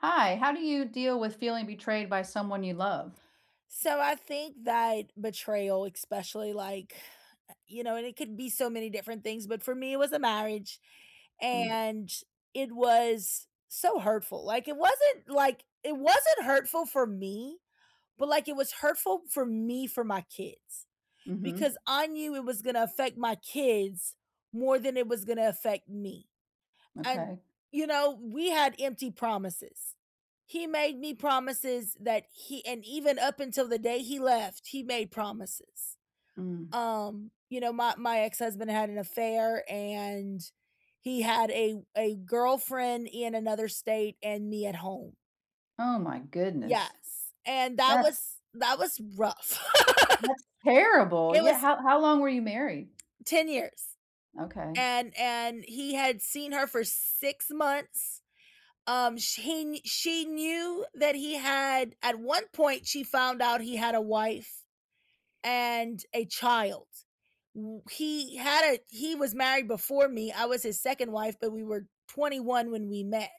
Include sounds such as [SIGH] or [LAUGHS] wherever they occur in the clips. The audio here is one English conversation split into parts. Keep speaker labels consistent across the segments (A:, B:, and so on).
A: Hi, how do you deal with feeling betrayed by someone you love?
B: So I think that betrayal, especially like, and it could be so many different things, but for me, it was a marriage
A: Mm,
B: and it was so hurtful. Like, it wasn't hurtful for me, but like, it was hurtful for me for my kids because
A: mhm,
B: I knew it was going to affect my kids more than it was going to affect me. And,
A: okay.
B: we had empty promises. He made me promises that he, and even up until the day he left, he made promises.
A: Mm.
B: My ex-husband had an affair, and he had a girlfriend in another state and me at home.
A: Oh my goodness.
B: Yes. And that
A: That's
B: was that was rough.
A: that's
B: [LAUGHS]
A: terrible.
B: It
A: Yeah,
B: was
A: how long were you married?
B: 10 years.
A: Okay.
B: And he had seen her for 6 months. She knew that he had, at one point, she found out he had a wife and a child. W- he had a He was married before me. I was his second wife, but we were 21 when we met,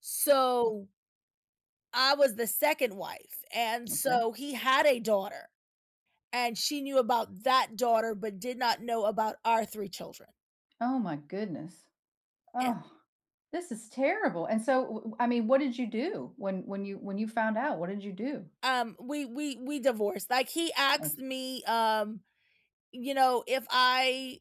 B: so I was the second wife, and
A: Okay.
B: so he had a daughter, and she knew about that daughter but did not know about our three children.
A: Oh my goodness.
B: Yeah.
A: Oh. This is terrible. And so I mean, what did you do when you found out? What did you do?
B: We divorced, like he asked
A: Okay.
B: me. If I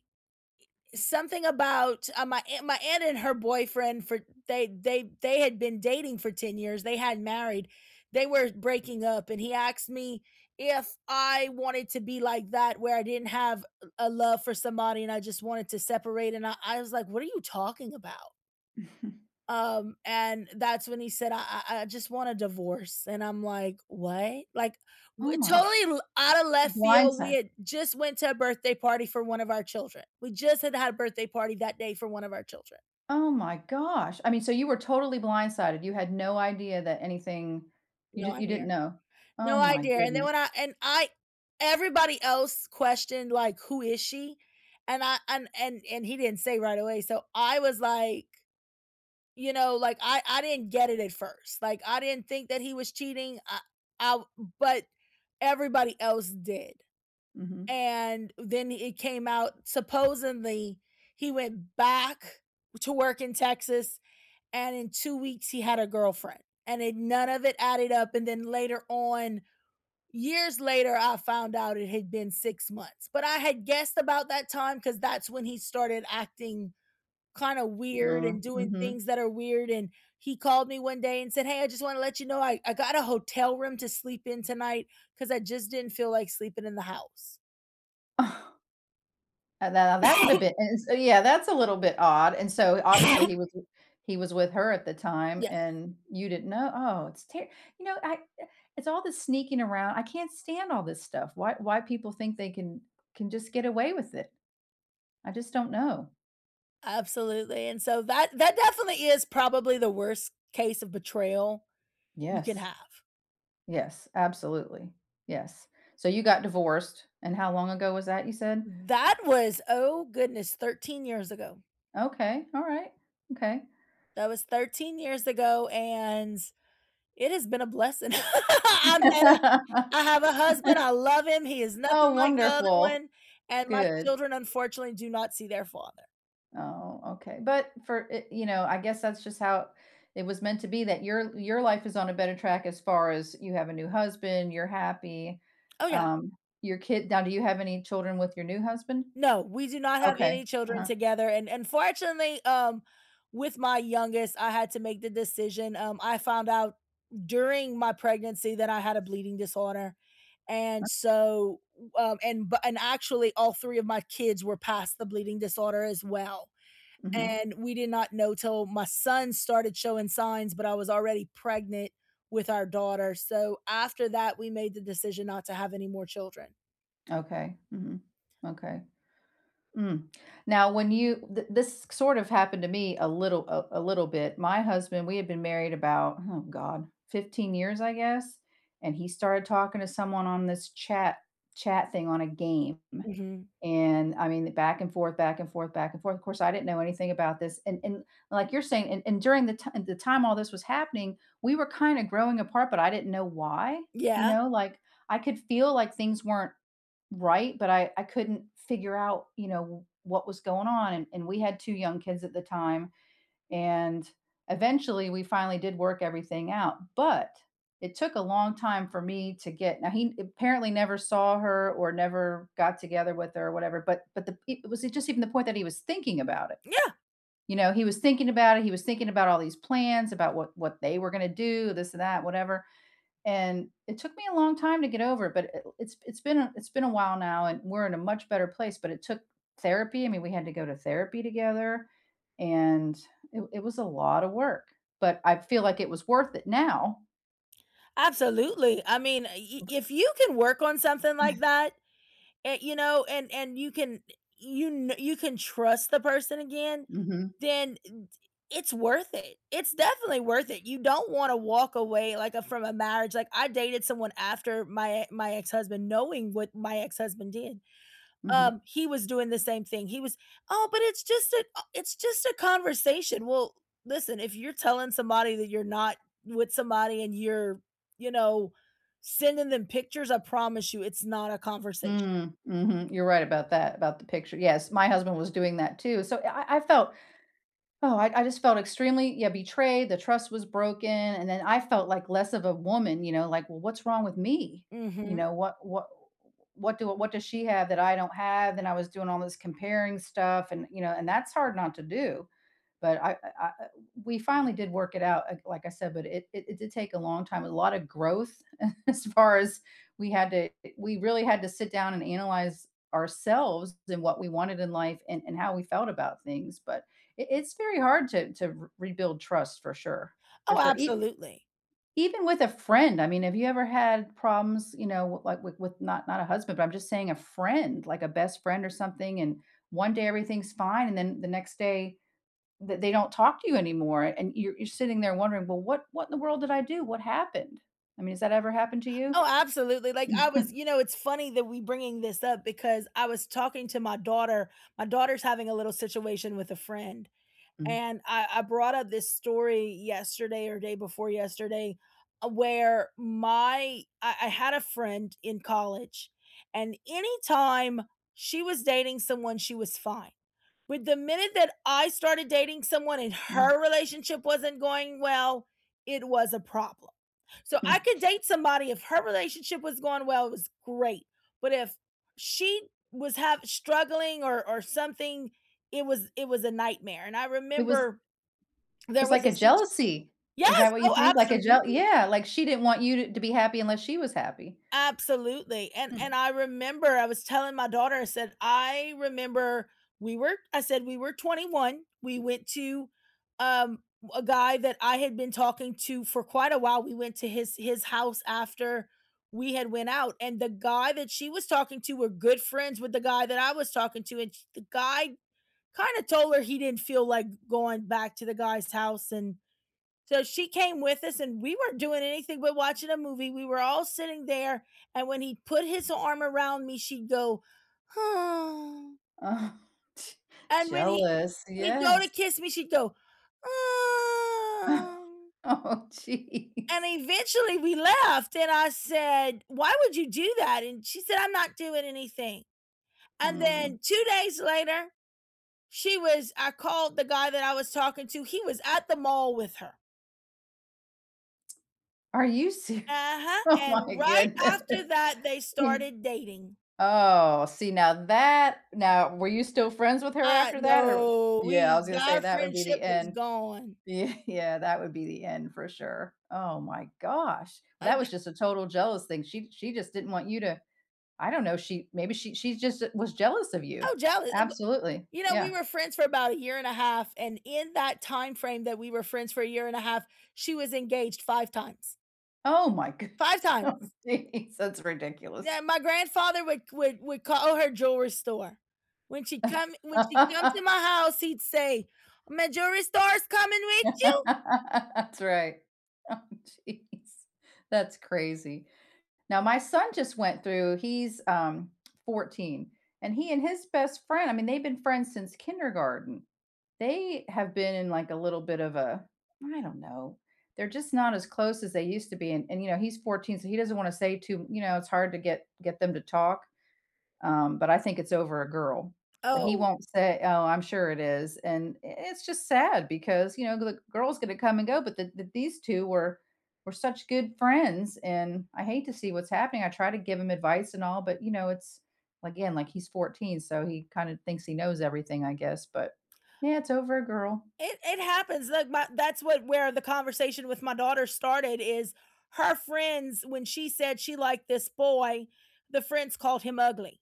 B: something about my aunt and her boyfriend, for they had been dating for 10 years, they had married, they were breaking up, and he asked me if I wanted to be like that, where I didn't have a love for somebody, and I just wanted to separate. And I was like, what are you talking about?
A: [LAUGHS]
B: And that's when he said, "I just want a divorce," and I'm like, "What?" Like,
A: Oh
B: w
A: my g-
B: totally l out of left field, we
A: Blindsided.
B: had just went to a birthday party for one of our children. We just had had a birthday party that day for one of our children.
A: Oh my gosh. I mean, so you were totally blindsided. You had no idea that anything you
B: No
A: just you didn't
B: idea.
A: know. Oh
B: No
A: my
B: idea. And then
A: goodness.
B: when I and I everybody else questioned, like, "Who is she?" And I and he didn't say right away, so I was like, like I didn't get it at first. Like, I didn't think that he was cheating. I but everybody else did.
A: Mhm.
B: And then it came out, supposedly he went back to work in Texas, and in 2 weeks he had a girlfriend. And it none of it added up, and then later on, years later, I found out it had been 6 months. But I had guessed about that time, cuz that's when he started acting kinda weird
A: No.
B: and doing
A: Mhm.
B: things that are weird, and he called me one day and said, "Hey, I just wanna let you know I got a hotel room to sleep in tonight because I just didn't feel like sleeping in the house."
A: And now [LAUGHS] that that would have been,
B: [COUGHS]
A: and so yeah, that's a little bit odd, and so obviously he was with her at the time
B: Yes,
A: and you didn't know. Oh, it's ter you know, I it's all this sneaking around. I can't stand all this stuff. Why people think they can just get away with it. I just don't know.
B: absolutely, and so that definitely is probably the worst case of betrayal you can
A: Yes.
B: have.
A: Yes, absolutely. Yes. So you got divorced, and how long ago was that you said?
B: That was, oh goodness, 13 years ago.
A: Okay, alright, okay.
B: That was 13 years ago, and it has been a blessing. [LAUGHS] I'm at a I
A: [LAUGHS]
B: have a husband, I love him, he is nothing
A: Oh,
B: like the other
A: wonderful.
B: one, and my
A: Good.
B: children, unfortunately, do not see their father.
A: Oh, okay. But for it you know, I guess that's just how it was meant to be, that your life is on a better track as far as you have a new husband, you're happy.
B: Oh, yeah.
A: um, your kid, now, do you have any children with your new husband?
B: No, we do not have
A: Okay.
B: any children
A: Uh-huh.
B: together, and unfortunately, with my youngest, I had to make the decision. I found out during my pregnancy that I had a bleeding disorder, and so, and but and actually all 3 of my kids were past the bleeding disorder as well.
A: Mhm.
B: And we did not know till my son started showing signs, but I was already pregnant with our daughter. So after that, we made the decision not to have any more children.
A: Okay. Mhm. Okay. Mm. Now when you th this sort of happened to me a little bit. My husband, we had been married about, oh God, 15 years, I guess, and he started talking to someone on this chat thing on a game.
B: Mhm.
A: And I mean, back and forth, back and forth, back and forth. Of course, I didn't know anything about this. And like you're saying, and during the time all this was happening, we were kind of growing apart, but I didn't know why. You
B: Yeah.
A: know, like I could feel like things weren't right, but I couldn't figure out what was going on. And we had two young kids at the time, and eventually we finally did work everything out. But it took a long time for me to get now, he apparently never saw her or never got together with her or whatever, but the it was just, even the point that he was thinking about it.
B: Yeah,
A: He was thinking about it. He was thinking about all these plans about what they were going to do, this and that, whatever. And it took me a long time to get over it, but it's been a while now, and we're in a much better place. But it took therapy. I mean, we had to go to therapy together, and it was a lot of work, but I feel like it was worth it now.
B: absolutely. I mean, I if you can work on something like that, and you can you can trust the person again,
A: Mhm,
B: then d it's worth it. It's definitely worth it. You don't wanna walk away, like, from a marriage. Like, I dated someone after my ex-husband, knowing what my ex-husband did.
A: mhm.
B: He was doing the same thing. He was, "Oh, but it's just a conversation." Well, listen, if you're telling somebody that you're not with somebody and you're, you know, sending them pictures, I promise you it's not a conversation.
A: Mm, mhm, you're right about that, about the picture. Yes, my husband was doing that too. So I felt Oh, I just felt extremely, yeah, betrayed. The trust was broken, and then I felt like less of a woman, you know, like, "Well, what's wrong with me?" You
B: Mhm.
A: know, "What does she have that I don't have?" And I was doing all this comparing stuff, and that's hard not to do, but I we finally did work it out, like I said. But it did take a long time, a lot of growth [LAUGHS] as far as we had to we really had to sit down and analyze ourselves and what we wanted in life, and how we felt about things. But it's very hard to rebuild trust, for sure, for
B: Oh,
A: sure.
B: absolutely.
A: Even with a friend, I mean, have you ever had problems, you know, like with not a husband, but I'm just saying a friend, like a best friend or something, and one day everything's fine, and then the next day that they don't talk to you anymore, and you're sitting there wondering, "Well, what in the world did I do? What happened?" I mean, has that ever happened to you?
B: Oh,
A: [LAUGHS]
B: absolutely. Like
A: Yeah.
B: I was you know, It's funny that we bringing this up, because I was talking to my daughter. My daughter's having a little situation with a friend,
A: Mm,
B: and I brought up this story yesterday or day before yesterday, where I had a friend in college, and anytime she was dating someone, she was fine. With the minute that I started dating someone and
A: mm,
B: her relationship wasn't going well, it was a problem. So
A: mm.
B: I could date somebody if her relationship was going well, it was great. But if she was have struggling or something, it was a nightmare. And I
A: It was
B: remember there
A: it's
B: was
A: like a
B: a situation.
A: jealousy. Is
B: Yes,
A: that what you
B: oh,
A: think? Like a jel
B: absolutely.
A: Yeah, like she didn't want you to be happy unless she was happy.
B: Absolutely. and
A: Hmm.
B: and I remember I was telling my daughter, I said, "I remember we were," I said, "We were 21, we went to, um, a guy that I had been talking to for quite a while. We went to his house after we had went out, and the guy that she was talking to were good friends with the guy that I was talking to, and the guy kinda told her he didn't feel like going back to the guy's house, and so she came with us, and we weren't doing anything but watching a movie. We were all sitting there, and when he put his arm around me, she'd go, 'Oh,'
A: Oh, [LAUGHS]
B: and when
A: jealous,
B: he'd go
A: yes.
B: to
A: [LAUGHS]
B: kiss me, she'd go, 'Oh,'
A: Oh,
B: and
A: jeez.
B: eventually we left, and I said, 'Why would you do that?' And she said, 'I'm not doing anything.'" And
A: Mm.
B: then 2 days later, she was I called the guy that I was talking to. He was at the mall with her.
A: Are you serious? [LAUGHS]
B: Uh-huh,
A: Oh my
B: and right
A: goodness.
B: after that, they
A: [LAUGHS]
B: started dating.
A: Oh, see, now were you still friends with her
B: I
A: after that, or?
B: No,
A: Yeah, I
B: we
A: was gonna say
B: our
A: that would be the
B: friendship was
A: end.
B: gone.
A: Yeah, [LAUGHS] yeah, that would be the end for sure. Oh my gosh. Well, that
B: Like,
A: was
B: that
A: just a total jealous thing. She just didn't want you to I don't know, she maybe she just was jealous of you.
B: oh, jealous. uh,
A: Absolutely.
B: you know, we
A: Yeah.
B: were friends for about a year and a half, and in that time frame that we were friends for a year and a half, she was engaged 5 times.
A: Oh my goo
B: 5
A: [LAUGHS]
B: times.
A: Oh, jeez, that's ridiculous.
B: Yeah, my grandfather would call her jewelry store. When she come to my
A: [LAUGHS]
B: house, he'd say, "My jewelry store's coming with you?"
A: That's right. Oh, jeez. That's crazy. Now, my son just went through, he's 14, and he and his best friend, I mean, they've been friends since kindergarten. They have been in like a little bit of I don't know, they're just not as close as they used to be. And he's 14, so he doesn't want to say too it's hard to get them to talk. But I think it's over a girl. But he
B: Oh.
A: won't say. "Oh, I'm sure it is." And it's just sad because the girl's gonna come and go, but the these two were such good friends, and I hate to see what's happening. I try to give him advice and all, but it's, again, like, he's 14, so he kinda thinks he knows everything, I guess, but yeah, it's over a girl.
B: It happens, like, my that's what where the conversation with my daughter started is. Her friends, when she said she liked this boy, the friends called him ugly,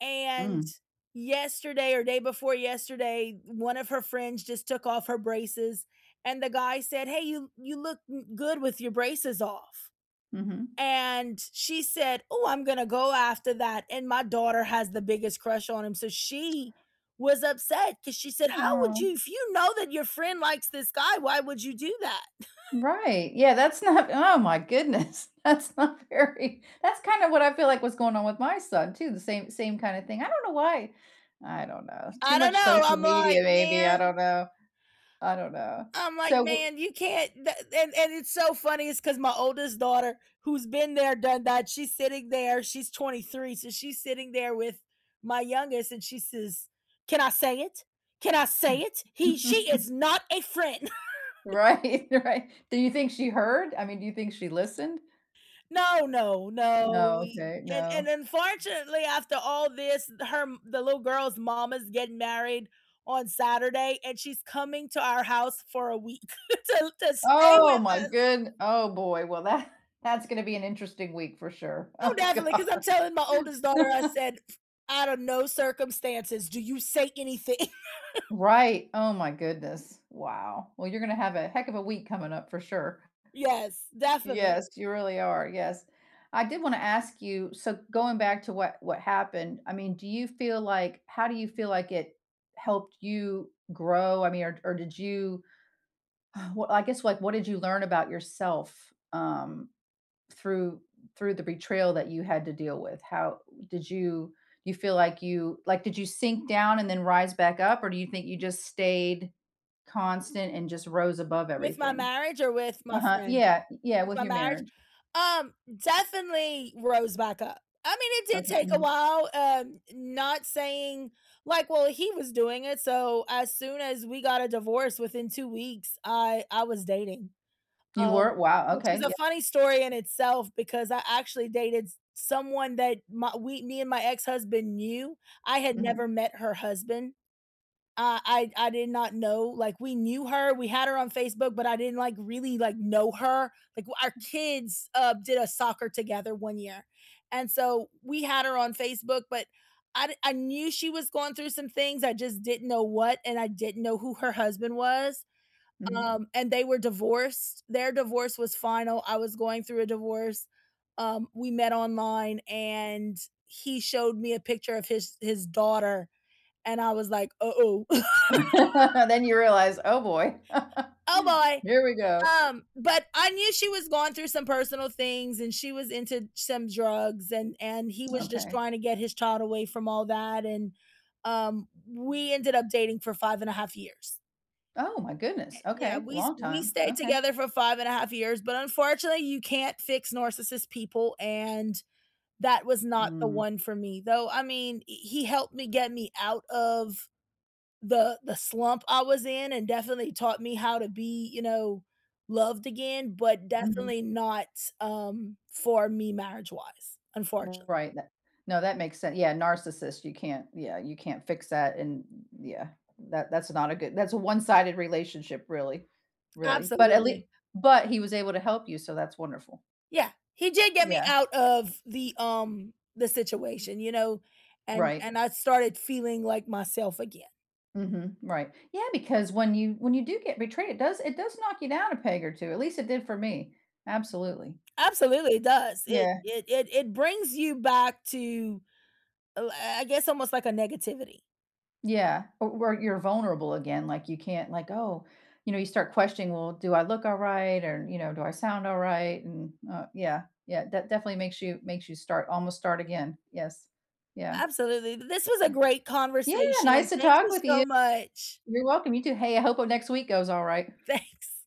B: and
A: Mm.
B: yesterday or day before yesterday, one of her friends just took off her braces, and the guy said, "Hey, you look, good with your braces off."
A: Mhm.
B: And she said, "Oh, I'm gonna go after that." And my daughter has the biggest crush on him, so she was upset because she said, "How
A: Aw.
B: would you, if you know that your friend likes this guy, why would you do that?"
A: Right, yeah, that's not oh my goodness, [LAUGHS] that's not very that's kind of what I feel like was going on with my son too, the same kind of thing. I don't know why. I don't know. Too
B: I don't
A: much
B: know.
A: social
B: I'm
A: media
B: like,
A: maybe, I
B: man,
A: don't know. I don't know.
B: I'm like,
A: So
B: man, you can't. And it's so funny. It's because my oldest daughter, who's been there, done that. She's sitting there. She's 23, so she's sitting there with my youngest, and she says, "Can I say it? Can I say it?
A: w
B: He, she is
A: [LAUGHS]
B: not a friend."
A: Right, [LAUGHS] right. Do you think she heard? I mean, do you think she listened?
B: No, no, no,
A: No,
B: we
A: okay,
B: and
A: no.
B: unfortunately, after all this, her the little girl's mama's getting married on Saturday, and she's coming to our house for a week [LAUGHS] to stay
A: Oh my
B: with us.
A: good Oh boy, well, that [LAUGHS] that's gonna be an interesting week for sure.
B: Oh,
A: Oh [LAUGHS]
B: definitely,
A: god.
B: because 'cause I'm telling my oldest daughter, I said, "Out of no circumstances do you say anything." [LAUGHS]
A: Right. Oh my goodness. Wow. Well, you're gonna have a heck of a week coming up for sure.
B: Yes, definitely.
A: Yes, you really are. Yes. I did wanna ask you, so going back to what happened, I mean, do you feel like it helped you grow? I mean, or did you [SIGHS] well, I guess, like, what did you learn about yourself, through through the betrayal that you had to deal with? How did you feel, like you like did you sink down and then rise back up, or do you think you just stayed constant and just rose above
B: With my
A: everything?
B: marriage or with my
A: Uh-huh.
B: friend?
A: Yeah, yeah,
B: With
A: with
B: my
A: your
B: marriage?
A: marriage.
B: Definitely rose back up. I mean, it did
A: Okay.
B: take a
A: Mhm.
B: while. Not saying like, well, he was doing it. So as soon as we got a divorce, within 2 weeks, I was dating.
A: You
B: Um,
A: were? Wow.
B: which is a
A: Okay.
B: funny story in itself, because I actually dated someone that my we me and my ex husband knew. I had
A: Yeah. Mhm.
B: never met her husband. I did not know, like, we knew her, we had her on Facebook, but I didn't, like, really, like, know her. Like, our kids, did a soccer together one year, and so we had her on Facebook, but I knew she was going through some things, I just didn't know what, and I didn't know who her husband was,
A: Mhm.
B: and they were divorced. Their divorce was final, I was going through a divorce. We met online, and he showed me a picture of his daughter, and I was like, "Uh-oh." [LAUGHS]
A: [LAUGHS] Then you realize, "Oh boy. [LAUGHS]
B: Oh boy.
A: Here we go."
B: But I knew she was going through some personal things, and she was into some drugs, and he was just
A: Okay.
B: trying to get his child away from all that. And we ended up dating for 5.5 years.
A: Oh my goodness.
B: Yeah,
A: Okay.
B: we
A: Long
B: we
A: time.
B: stayed
A: Okay.
B: together for 5.5 years, but unfortunately you can't fix narcissist people, and that was not the
A: Mm.
B: one for me. Though I mean, he helped me get me out of the slump I was in, and definitely taught me how to be, loved again, but definitely not, for me marriage-wise, unfortunately.
A: Right, no, that makes sense. Yeah, narcissist, you can't, yeah, you can't fix that, and yeah, that's not a good that's a one-sided relationship, really. Really. But at least
B: Absolutely.
A: But he was able to help you, so that's wonderful.
B: Yeah, he did get me
A: Yeah,
B: out of the situation, you know, and
A: right.
B: and I started feeling like myself again.
A: Mhm, right. Yeah, because when you do get betrayed, it does knock you down a peg or two. At least it did for me. Absolutely.
B: Absolutely, it does. It
A: Yeah.
B: it it it brings you back to, I guess, almost like a negativity.
A: Yeah, or you're vulnerable again, like, you can't, like, "Oh," you start questioning, "Well, do I look all right?" Or, "Do I sound all right?" And, yeah, yeah, that definitely makes you start again. Yes. Yeah,
B: Absolutely. This was a
A: yeah.
B: great
A: Yeah, nice
B: conversation.
A: to
B: Thank
A: talk
B: you
A: with
B: so
A: you.
B: much.
A: You're welcome, you too. Hey, I hope, next week goes all right.
B: Thanks.